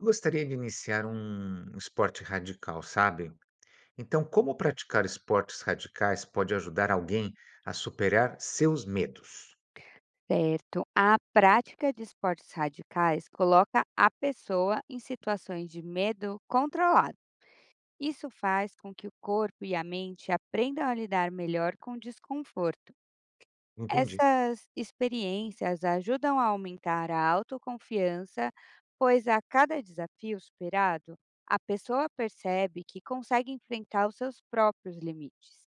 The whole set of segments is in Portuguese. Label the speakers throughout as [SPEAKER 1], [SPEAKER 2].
[SPEAKER 1] Gostaria de iniciar um esporte radical, sabe? Então, como praticar esportes radicais pode ajudar alguém a superar seus medos?
[SPEAKER 2] Certo. A prática de esportes radicais coloca a pessoa em situações de medo controlado. Isso faz com que o corpo e a mente aprendam a lidar melhor com o desconforto.
[SPEAKER 1] Entendi.
[SPEAKER 2] Essas experiências ajudam a aumentar a autoconfiança, pois a cada desafio superado, a pessoa percebe que consegue enfrentar os seus próprios limites.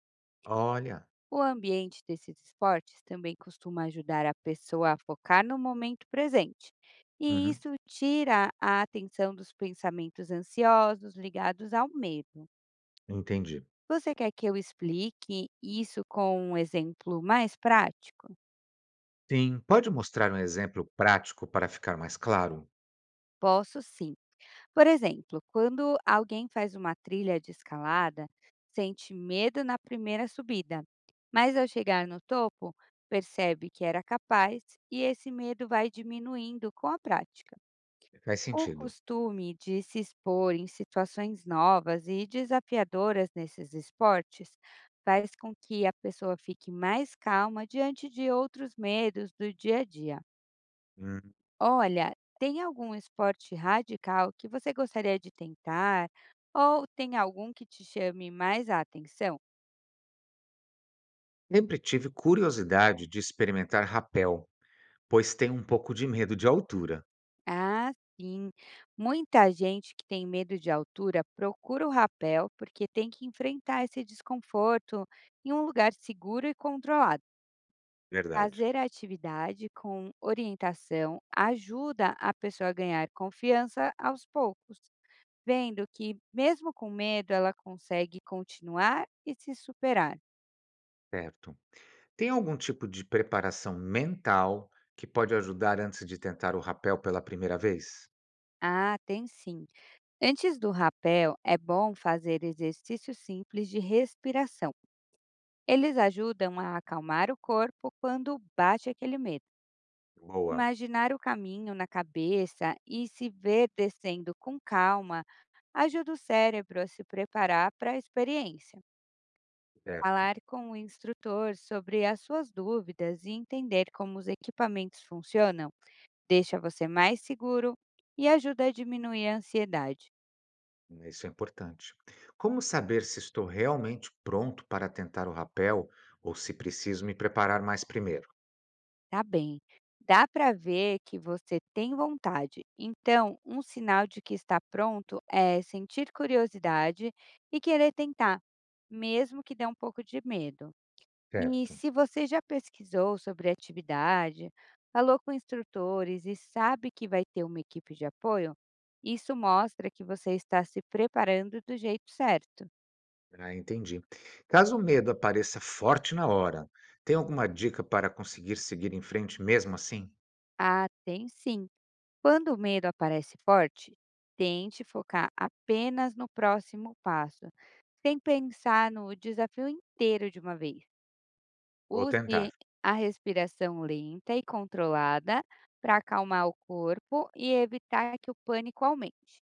[SPEAKER 1] Olha,
[SPEAKER 2] O ambiente desses esportes também costuma ajudar a pessoa a focar no momento presente, e
[SPEAKER 1] uhum,
[SPEAKER 2] isso tira a atenção dos pensamentos ansiosos ligados ao medo.
[SPEAKER 1] entendi.
[SPEAKER 2] Você quer que eu explique isso com um exemplo mais prático?
[SPEAKER 1] Sim, pode mostrar um exemplo prático para ficar mais claro?
[SPEAKER 2] Posso sim. Por exemplo, quando alguém faz uma trilha de escalada, sente medo na primeira subida, mas ao chegar no topo, percebe que era capaz e esse medo vai diminuindo com a prática.
[SPEAKER 1] Faz
[SPEAKER 2] O
[SPEAKER 1] sentido.
[SPEAKER 2] costume de se expor em situações novas e desafiadoras nesses esportes faz com que a pessoa fique mais calma diante de outros medos do dia a dia.
[SPEAKER 1] Hum.
[SPEAKER 2] Olha, tem algum esporte radical que você gostaria de tentar? Ou tem algum que te chame mais a atenção?
[SPEAKER 1] Sempre tive curiosidade de experimentar rapel, pois tenho um pouco de medo de altura.
[SPEAKER 2] Ah, sim. Muita gente que tem medo de altura procura o rapel porque tem que enfrentar esse desconforto em um lugar seguro e controlado.
[SPEAKER 1] Verdade.
[SPEAKER 2] Fazer a atividade com orientação ajuda a pessoa a ganhar confiança aos poucos, vendo que, mesmo com medo, ela consegue continuar e se superar.
[SPEAKER 1] Certo. Tem algum tipo de preparação mental que pode ajudar antes de tentar o rapel pela primeira vez?
[SPEAKER 2] Ah, tem sim. Antes do rapel, é bom fazer exercícios simples de respiração. Eles ajudam a acalmar o corpo quando bate aquele medo.
[SPEAKER 1] Boa,
[SPEAKER 2] Imaginar o caminho na cabeça e se ver descendo com calma ajuda o cérebro a se preparar para a experiência.
[SPEAKER 1] certo.
[SPEAKER 2] Falar com o instrutor sobre as suas dúvidas e entender como os equipamentos funcionam deixa você mais seguro e ajuda a diminuir a ansiedade.
[SPEAKER 1] É, isso é importante. Como saber se estou realmente pronto para tentar o rapel ou se preciso me preparar mais primeiro?
[SPEAKER 2] Tá bem. Dá para ver que você tem vontade. Então, um sinal de que está pronto é sentir curiosidade e querer tentar, mesmo que dê um pouco de medo. E
[SPEAKER 1] Certo.
[SPEAKER 2] se você já pesquisou sobre a atividade, falou com instrutores e sabe que vai ter uma equipe de apoio, isso mostra que você está se preparando do jeito certo.
[SPEAKER 1] Ah, entendi. Caso o medo apareça forte na hora, tem alguma dica para conseguir seguir em frente mesmo assim?
[SPEAKER 2] Ah, tem sim. Quando o medo aparece forte, tente focar apenas no próximo passo, sem pensar no desafio inteiro de uma vez.
[SPEAKER 1] Vou tentar.
[SPEAKER 2] Use a respiração lenta e controlada para acalmar o corpo e evitar que o pânico aumente.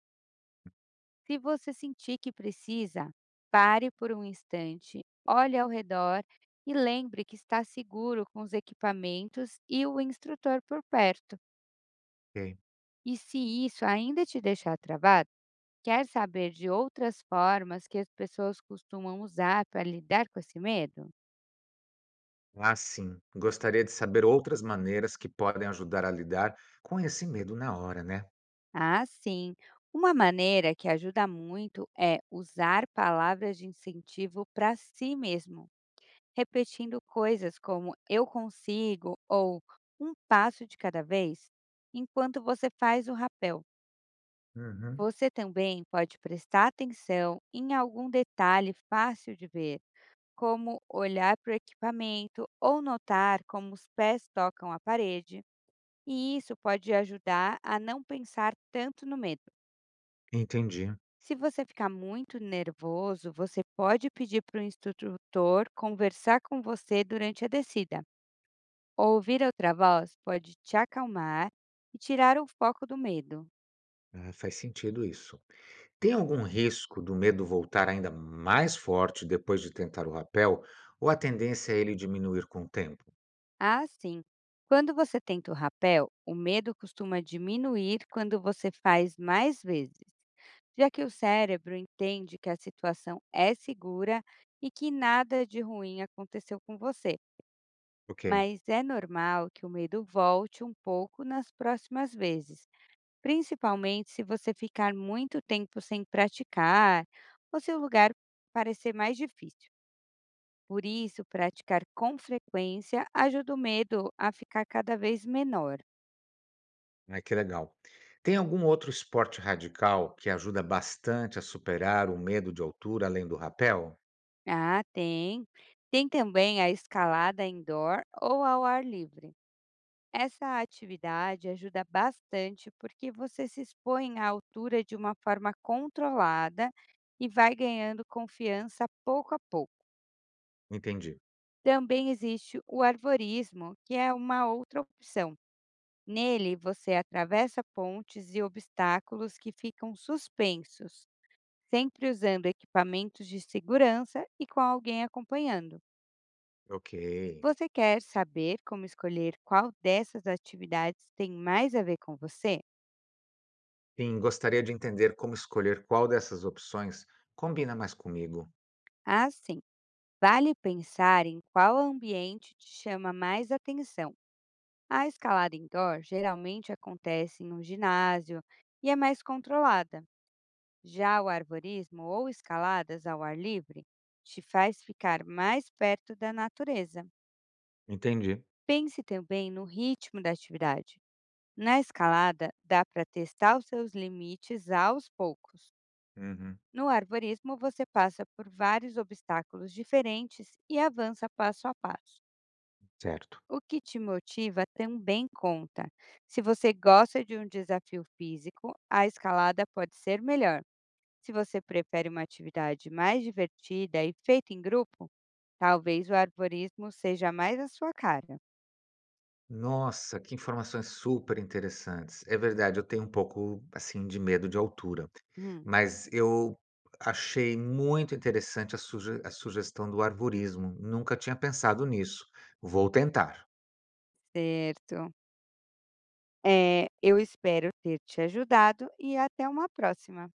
[SPEAKER 2] Se você sentir que precisa, pare por um instante, olhe ao redor e lembre que está seguro com os equipamentos e o instrutor por perto.
[SPEAKER 1] Ok.
[SPEAKER 2] E se isso ainda te deixar travado, quer saber de outras formas que as pessoas costumam usar para lidar com esse medo?
[SPEAKER 1] Ah, sim. Gostaria de saber outras maneiras que podem ajudar a lidar com esse medo na hora, né?
[SPEAKER 2] Ah, sim! Uma maneira que ajuda muito é usar palavras de incentivo para si mesmo, repetindo coisas como eu consigo ou um passo de cada vez, enquanto você faz o rapel.
[SPEAKER 1] Uhum.
[SPEAKER 2] Você também pode prestar atenção em algum detalhe fácil de ver, como olhar para o equipamento ou notar como os pés tocam a parede, e isso pode ajudar a não pensar tanto no medo.
[SPEAKER 1] Entendi.
[SPEAKER 2] Se você ficar muito nervoso, você pode pedir para o instrutor conversar com você durante a descida. Ouvir outra voz pode te acalmar e tirar o foco do medo.
[SPEAKER 1] É, faz sentido isso. Tem algum risco do medo voltar ainda mais forte depois de tentar o rapel? Ou a tendência é ele diminuir com o tempo?
[SPEAKER 2] Ah, sim. Quando você tenta o rapel, o medo costuma diminuir quando você faz mais vezes, já que o cérebro entende que a situação é segura e que nada de ruim aconteceu com você.
[SPEAKER 1] Ok,
[SPEAKER 2] Mas é normal que o medo volte um pouco nas próximas vezes, principalmente se você ficar muito tempo sem praticar ou se o lugar parecer mais difícil. Por isso, praticar com frequência ajuda o medo a ficar cada vez menor.
[SPEAKER 1] ah, que legal. Tem algum outro esporte radical que ajuda bastante a superar o medo de altura além do rapel?
[SPEAKER 2] Ah, tem. Tem também a escalada indoor ou ao ar livre. Essa atividade ajuda bastante porque você se expõe à altura de uma forma controlada e vai ganhando confiança pouco a pouco.
[SPEAKER 1] Entendi.
[SPEAKER 2] Também existe o arborismo, que é uma outra opção. Nele, você atravessa pontes e obstáculos que ficam suspensos, sempre usando equipamentos de segurança e com alguém acompanhando.
[SPEAKER 1] Ok.
[SPEAKER 2] Você quer saber como escolher qual dessas atividades tem mais a ver com você?
[SPEAKER 1] Sim, gostaria de entender como escolher qual dessas opções combina mais comigo.
[SPEAKER 2] Ah, sim! Vale pensar em qual ambiente te chama mais atenção. A escalada indoor geralmente acontece em um ginásio e é mais controlada. Já o arborismo ou escaladas ao ar livre te faz ficar mais perto da natureza.
[SPEAKER 1] Entendi.
[SPEAKER 2] Pense também no ritmo da atividade. Na escalada, dá para testar os seus limites aos poucos.
[SPEAKER 1] Uhum.
[SPEAKER 2] No arborismo, você passa por vários obstáculos diferentes e avança passo a passo.
[SPEAKER 1] Certo.
[SPEAKER 2] O que te motiva também conta. Se você gosta de um desafio físico, a escalada pode ser melhor. Se você prefere uma atividade mais divertida e feita em grupo, talvez o arborismo seja mais a sua cara.
[SPEAKER 1] Nossa, que informações super interessantes. É verdade, eu tenho um pouco assim de medo de altura,
[SPEAKER 2] Hum,
[SPEAKER 1] mas eu achei muito interessante a, a sugestão do arborismo. Nunca tinha pensado nisso. Vou tentar.
[SPEAKER 2] certo. É, eu espero ter te ajudado e até uma próxima.